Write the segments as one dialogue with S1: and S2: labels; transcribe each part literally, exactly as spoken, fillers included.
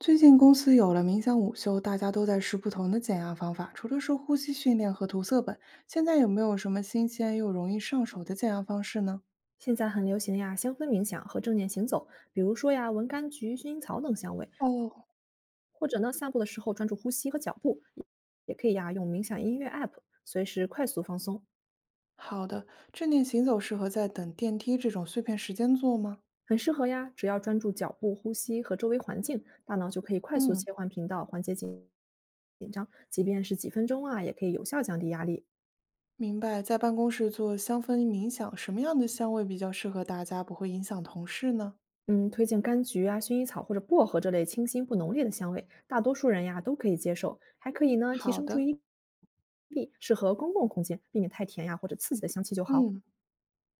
S1: 最近公司有了冥想午休，大家都在试不同的减压方法，除了是呼吸训练和涂色本，现在有没有什么新鲜又容易上手的减压方式呢？
S2: 现在很流行呀，香氛冥想和正念行走，比如说呀，闻柑橘、薰衣草等香味，
S1: 哦，
S2: 或者呢，散步的时候专注呼吸和脚步，也可以呀，用冥想音乐 app 随时快速放松，
S1: 好的，正念行走适合在等电梯这种碎片时间做吗？
S2: 很适合呀。只要专注脚步、呼吸和周围环境，大脑就可以快速
S1: 嗯，
S2: 切换频道，缓解紧紧张，即便是几分钟啊，也可以有效降低压力。
S1: 明白。在办公室做香氛冥想，什么样的香味比较适合大家，不会影响同事呢？
S2: 嗯，推荐柑橘啊、薰衣草或者薄荷这类清新不浓烈的香味，大多数人呀都可以接受。还可以呢，提
S1: 好
S2: 升注
S1: 的，
S2: 意力，适合公共空间，避免太甜呀或者刺激的香气就好。
S1: 嗯。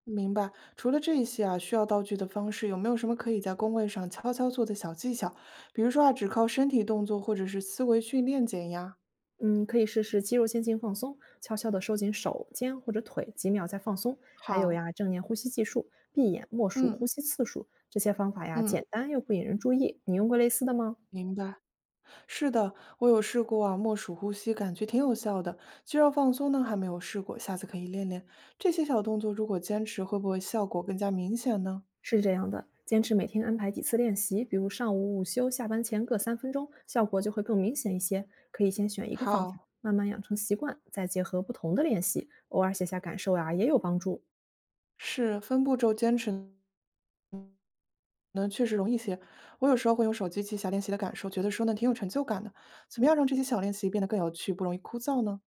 S1: 明白。除了这些啊，需要道具的方式，有没有什么可以在工位上悄悄做的小技巧？比如说啊，只靠身体动作或者是思维训练减压。
S2: 嗯，可以试试肌肉线性放松，悄悄地收紧手、肩或者腿，几秒再放松。还有
S1: 好，
S2: 呀，正念呼吸技术，闭眼默数
S1: 嗯
S2: 呼吸次数，这些方法呀
S1: 嗯，
S2: 简单又不引人注意。你用过类似的吗？
S1: 明白。是的，我有试过啊，默数呼吸，感觉挺有效的。肌肉放松呢，还没有试过，下次可以练练。这些小动作如果坚持，会不会效果更加明显呢？
S2: 是这样的，坚持每天安排几次练习，比如上午午休、下班前各三分钟，效果就会更明显一些。可以先选一个方法，
S1: 好，
S2: 慢慢养成习惯，再结合不同的练习，偶尔写下感受呀、也有帮助。
S1: 是分步骤坚持那确实容易些。我有时候会用手机记下练习的感受，觉得说呢挺有成就感的。怎么样让这些小练习变得更有趣，不容易枯燥呢？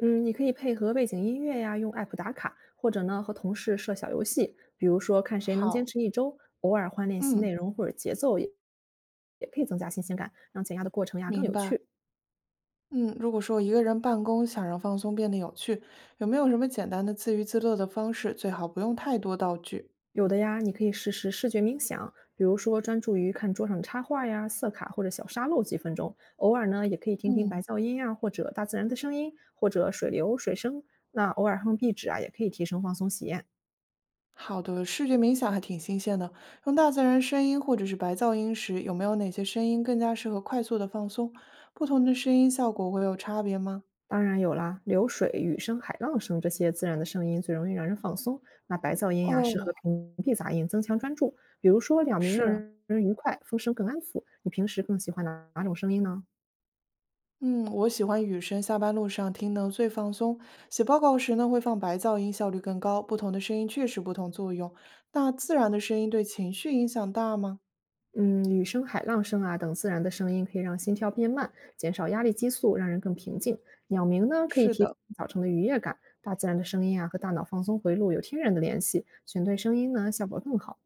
S2: 嗯，你可以配合背景音乐呀，用 app 打卡，或者呢和同事设小游戏，比如说看谁能坚
S1: 好，
S2: 持一周，偶尔换练习
S1: 嗯，
S2: 内容或者节奏也也可以增加新鲜感，让减压的过程呀更
S1: 明
S2: 有
S1: 白。
S2: 趣。
S1: 嗯，如果说一个人办公想让放松变得有趣，有没有什么简单的自娱自乐的方式？最好不用太多道具。
S2: 有的呀，你可以试试视觉冥想，比如说专注于看桌上的插画呀、色卡或者小沙漏几分钟。偶尔呢，也可以听听
S1: 嗯，
S2: 白噪音呀，或者大自然的声音，或者水流、水声。那偶尔哼壁纸啊，也可以提升放松体验。
S1: 好的。视觉冥想还挺新鲜的，用大自然声音或者是白噪音时，有没有哪些声音更加适合快速的放松？不同的声音效果会有差别吗？
S2: 当然有啦，流水、雨声、海浪声这些自然的声音最容易让人放松。那白噪音呀、适合
S1: 哦，
S2: 屏蔽杂音，增强专注。比如说鸟鸣让
S1: 是。
S2: 人愉快，风声更安抚。你平时更喜欢哪哪种声音呢？
S1: 嗯，我喜欢雨声，下班路上听呢最放松。写报告时呢会放白噪音，效率更高。不同的声音确实不同作用。那自然的声音对情绪影响大吗？
S2: 嗯，雨声、海浪声啊等自然的声音可以让心跳变慢，减少压力激素，让人更平静。鸟鸣呢，可以
S1: 是
S2: 提升
S1: 的，
S2: 早晨的愉悦感。大自然的声音啊和大脑放松回路有天然的联系，选对声音呢效果更好。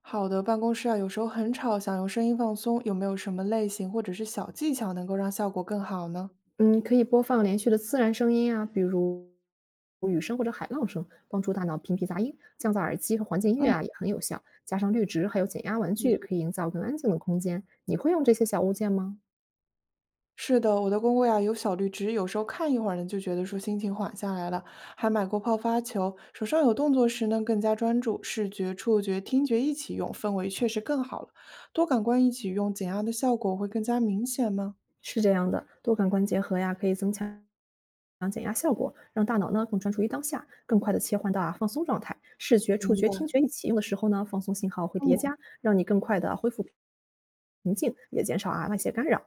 S1: 好的办公室啊，有时候很吵，想用声音放松，有没有什么类型或者是小技巧能够让效果更好呢？
S2: 嗯，可以播放连续的自然声音啊，比如雨声或者海浪声，帮助大脑屏蔽杂音。降噪耳机和环境音乐
S1: 嗯，
S2: 啊也很有效，加上绿植还有减压玩具，
S1: 你
S2: 可以营造更安静的空间。你会用这些小物件吗？
S1: 是的，我的公公呀有小绿植，有时候看一会儿呢，就觉得说心情缓下来了。还买过泡发球，手上有动作时呢更加专注，视觉、触觉、听觉一起用，氛围确实更好了。多感官一起用，减压的效果会更加明显吗？
S2: 是这样的，多感官结合呀，可以增强减压效果，让大脑呢更专注于当下，更快的切换到啊放松状态。视觉、触
S1: 明
S2: 觉、
S1: 白
S2: 听觉一起用的时候呢，放松信号会叠
S1: 嗯，
S2: 加，让你更快的恢复平静，也减少啊外界干扰。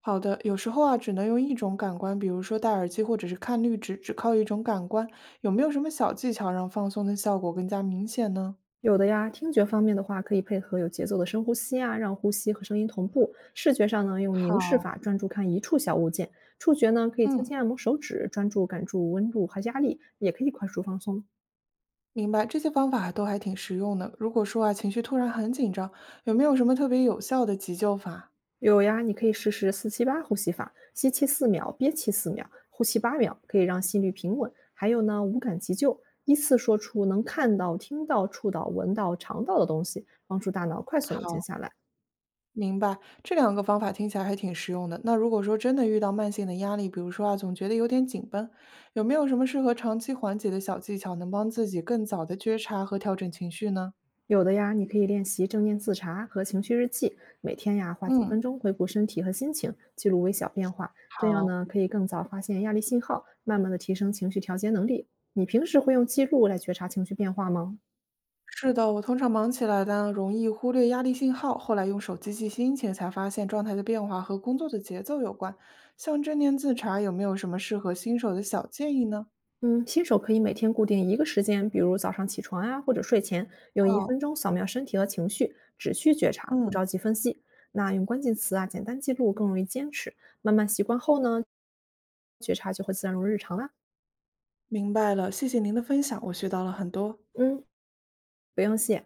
S1: 好的。有时候啊，只能用一种感官，比如说戴耳机或者是看绿植，只靠一种感官，有没有什么小技巧让放松的效果更加明显呢？
S2: 有的呀，听觉方面的话，可以配合有节奏的深呼吸啊，让呼吸和声音同步。视觉上呢，用凝视
S1: 好，
S2: 法专注看一处小物件；触觉呢，可以轻
S1: 嗯。
S2: 轻按摩手指，专注感触温度和压力，也可以快速放松。
S1: 明白，这些方法都还挺实用的。如果说啊，情绪突然很紧张，有没有什么特别有效的急救法？
S2: 有呀，你可以试试四七八呼吸法，吸气四秒，憋气四秒，呼气八秒，可以让心率平稳。还有呢，无感急救，依次说出能看到、听到、触到、闻到、尝到的东西，帮助大脑快速冷静
S1: 好，
S2: 下来。
S1: 明白，这两个方法听起来还挺实用的。那如果说真的遇到慢性的压力，比如说啊，总觉得有点紧绷，有没有什么适合长期缓解的小技巧，能帮自己更早的觉察和调整情绪呢？
S2: 有的呀，你可以练习正念自查和情绪日记，每天呀花几
S1: 嗯，
S2: 分钟回顾身体和心情，记录微小变化，这样
S1: 好。
S2: 呢可以更早发现压力信号，慢慢的提升情绪调节能力。你平时会用记录来觉察情绪变化吗？
S1: 是的，我通常忙起来呢，容易忽略压力信号。后来用手机记心情，才发现状态的变化和工作的节奏有关。像正念自查，有没有什么适合新手的小建议呢？
S2: 嗯，新手可以每天固定一个时间，比如早上起床啊，或者睡前，用一
S1: 好，
S2: 分钟扫描身体和情绪，只需觉察，不
S1: 嗯，
S2: 着急分析。那用关键词啊，简单记录更容易坚持。慢慢习惯后呢，觉察就会自然融入日常啦。
S1: 明白了，谢谢您的分享，我学到了很多。
S2: 嗯，不用谢。